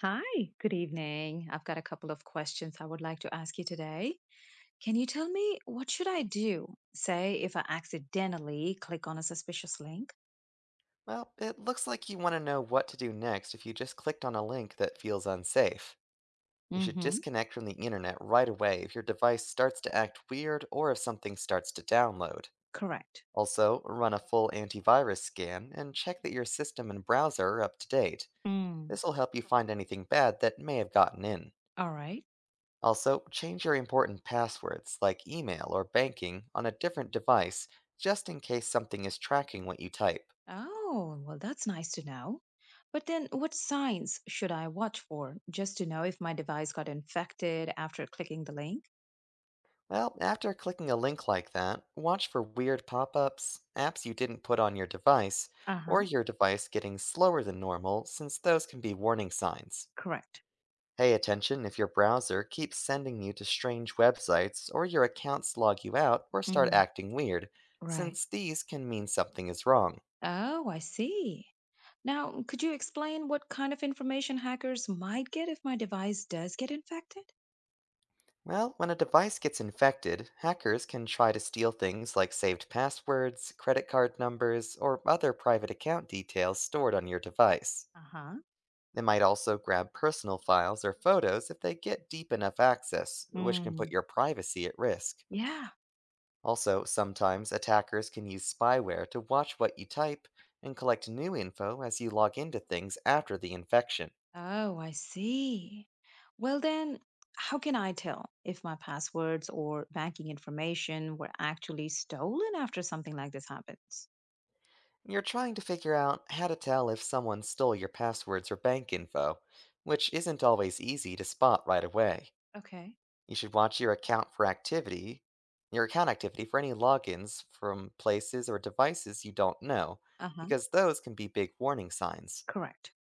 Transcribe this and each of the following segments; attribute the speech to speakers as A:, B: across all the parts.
A: Hi, good evening. I've got a couple of questions I would like to ask you today. Can you tell me, what should I do, say, if I accidentally click on a suspicious link?
B: Well, it looks like you want to know what to do next if you just clicked on a link that feels unsafe. You should
A: Mm-hmm.
B: disconnect from the internet right away if your device starts to act weird or if something starts to download.
A: Correct.
B: Also, run a full antivirus scan and check that your system and browser are up to date.
A: Mm.
B: This will help you find anything bad that may have gotten in.
A: All right.
B: Also, change your important passwords, like email or banking, on a different device just in case something is tracking what you type.
A: Oh, well, that's nice to know. But then what signs should I watch for just to know if my device got infected after clicking the link?
B: Well, after clicking a link like that, watch for weird pop ups, apps you didn't put on your device,
A: Uh-huh.
B: or your device getting slower than normal, since those can be warning signs.
A: Correct.
B: Pay attention if your browser keeps sending you to strange websites or your accounts log you out or start
A: Mm.
B: acting weird,
A: Right.
B: since these can mean something is wrong.
A: Oh, I see. Now, could you explain what kind of information hackers might get if my device does get infected?
B: Well, when a device gets infected, hackers can try to steal things like saved passwords, credit card numbers, or other private account details stored on your device.
A: Uh huh.
B: They might also grab personal files or photos if they get deep enough access, which can put
A: Mm,
B: your privacy at risk.
A: yeah.
B: Also, sometimes attackers can use spyware to watch what you type and collect new info as you log into things after the infection.
A: Oh, I see. Well, then, how can I tell if my passwords or banking information were actually stolen after something like this happens?
B: You're trying to figure out how to tell if someone stole your passwords or bank info, which isn't always easy to spot right away.
A: Okay.
B: You should watch your account for activity, your account activity for any logins from places or devices you don't know,
A: Uh huh.
B: because those can be big warning signs.
A: Correct.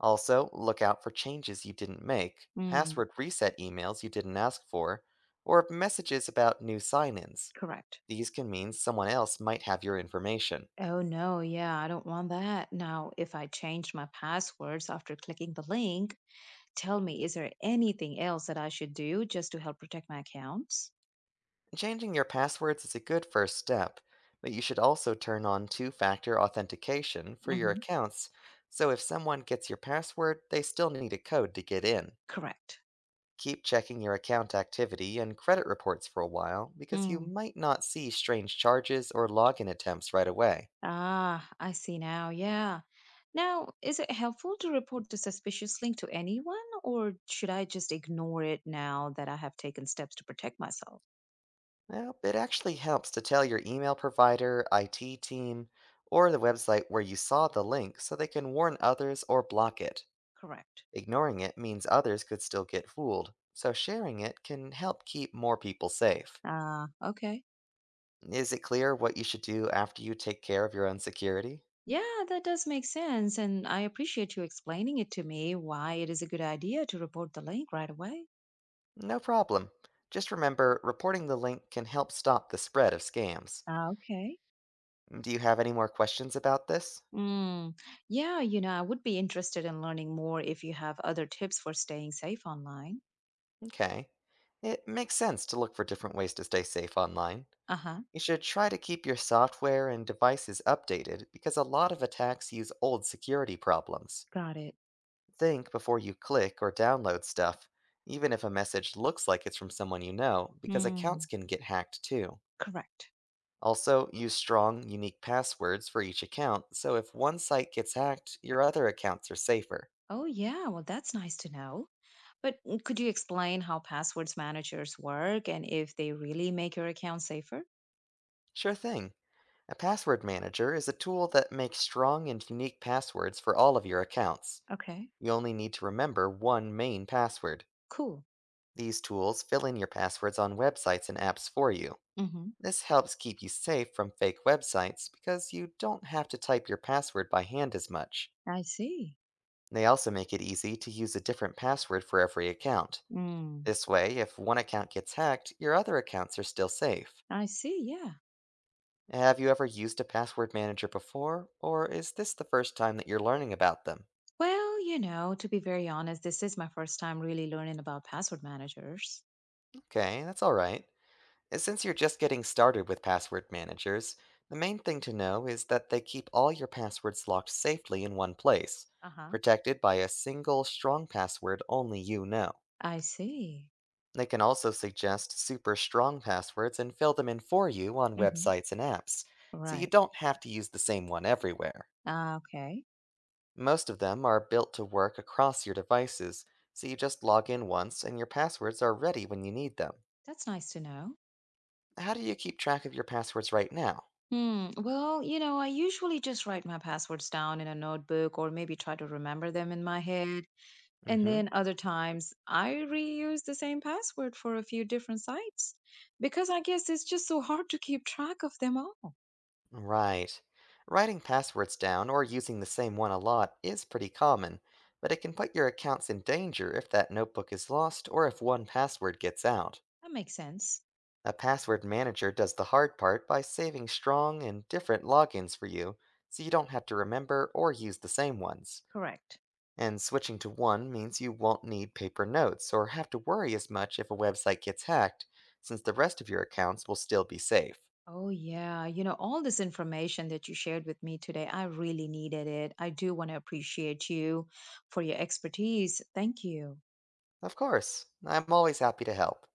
B: Also, look out for changes you didn't make,
A: Mm,
B: password reset emails you didn't ask for, or messages about new sign ins.
A: correct.
B: These can mean someone else might have your information.
A: Oh, no. Yeah, I don't want that. Now, if I changed my passwords after clicking the link, tell me, is there anything else that I should do just to help protect my accounts?
B: Changing your passwords is a good first step, but you should also turn on two factor authentication for your
A: Hmm.
B: accounts so if someone gets your password, they still need a code to get in.
A: Correct.
B: Keep checking your account activity and credit reports for a while because you
A: Hmm.
B: might not see strange charges or login attempts right away.
A: Ah, I see now. Yeah. Now, is it helpful to report the suspicious link to anyone, or should I just ignore it now that I have taken steps to protect myself?
B: Well, it actually helps to tell your email provider, IT team, or the website where you saw the link so they can warn others or block it.
A: Correct.
B: Ignoring it means others could still get fooled, so sharing it can help keep more people safe.
A: Ah, okay.
B: Is it clear what you should do after you take care of your own security?
A: Yeah, that does make sense. And I appreciate you explaining it to me why it is a good idea to report the link right away.
B: No problem. Just remember, reporting the link can help stop the spread of scams.
A: Ah, okay.
B: Do you have any more questions about this?
A: Mm. Yeah, I would be interested in learning more if you have other tips for staying safe online.
B: Okay. It makes sense to look for different ways to stay safe online.
A: Uh-huh.
B: You should try to keep your software and devices updated because a lot of attacks use old security problems.
A: Got it.
B: Think before you click or download stuff, even if a message looks like it's from someone you know, because accounts
A: Mm.
B: can get hacked too.
A: Correct.
B: Also, use strong, unique passwords for each account, so if one site gets hacked, your other accounts are safer.
A: Oh, yeah. Well, that's nice to know. But could you explain how passwords managers work and if they really make your account safer?
B: Sure thing. A password manager is a tool that makes strong and unique passwords for all of your accounts.
A: Okay.
B: You only need to remember one main password.
A: Cool.
B: These tools fill in your passwords on websites and apps for you.
A: Mm-hmm.
B: This helps keep you safe from fake websites because you don't have to type your password by hand as much.
A: I see.
B: They also make it easy to use a different password for every account.
A: Mm.
B: This way, if one account gets hacked, your other accounts are still safe.
A: I see. Yeah.
B: Have you ever used a password manager before, or is this the first time that you're learning about them?
A: Well, to be very honest, this is my first time really learning about password managers.
B: Okay, that's alright. Since you're just getting started with password managers, the main thing to know is that they keep all your passwords locked safely in one place,
A: Uh-huh.
B: protected by a single strong password only you know.
A: I see.
B: They can also suggest super strong passwords and fill them in for you on
A: Mm-hmm.
B: websites and apps, so you
A: Right.
B: don't have to use the same one everywhere.
A: Ah, okay.
B: Most of them are built to work across your devices, so you just log in once and your passwords are ready when you need them.
A: That's nice to know.
B: How do you keep track of your passwords right now?
A: Hmm. Well, I usually just write my passwords down in a notebook or maybe try to remember them in my head.
B: Mm
A: And
B: hmm.
A: then other times I reuse the same password for a few different sites because I guess it's just so hard to keep track of them all.
B: Right. Writing passwords down or using the same one a lot is pretty common, but it can put your accounts in danger if that notebook is lost or if one password gets out.
A: That makes sense.
B: A password manager does the hard part by saving strong and different logins for you, so you don't have to remember or use the same ones.
A: Correct.
B: And switching to one means you won't need paper notes or have to worry as much if a website gets hacked, since the rest of your accounts will still be safe.
A: Oh, yeah. You know, all this information that you shared with me today, I really needed it. I do want to appreciate you for your expertise. Thank you.
B: Of course, I'm always happy to help.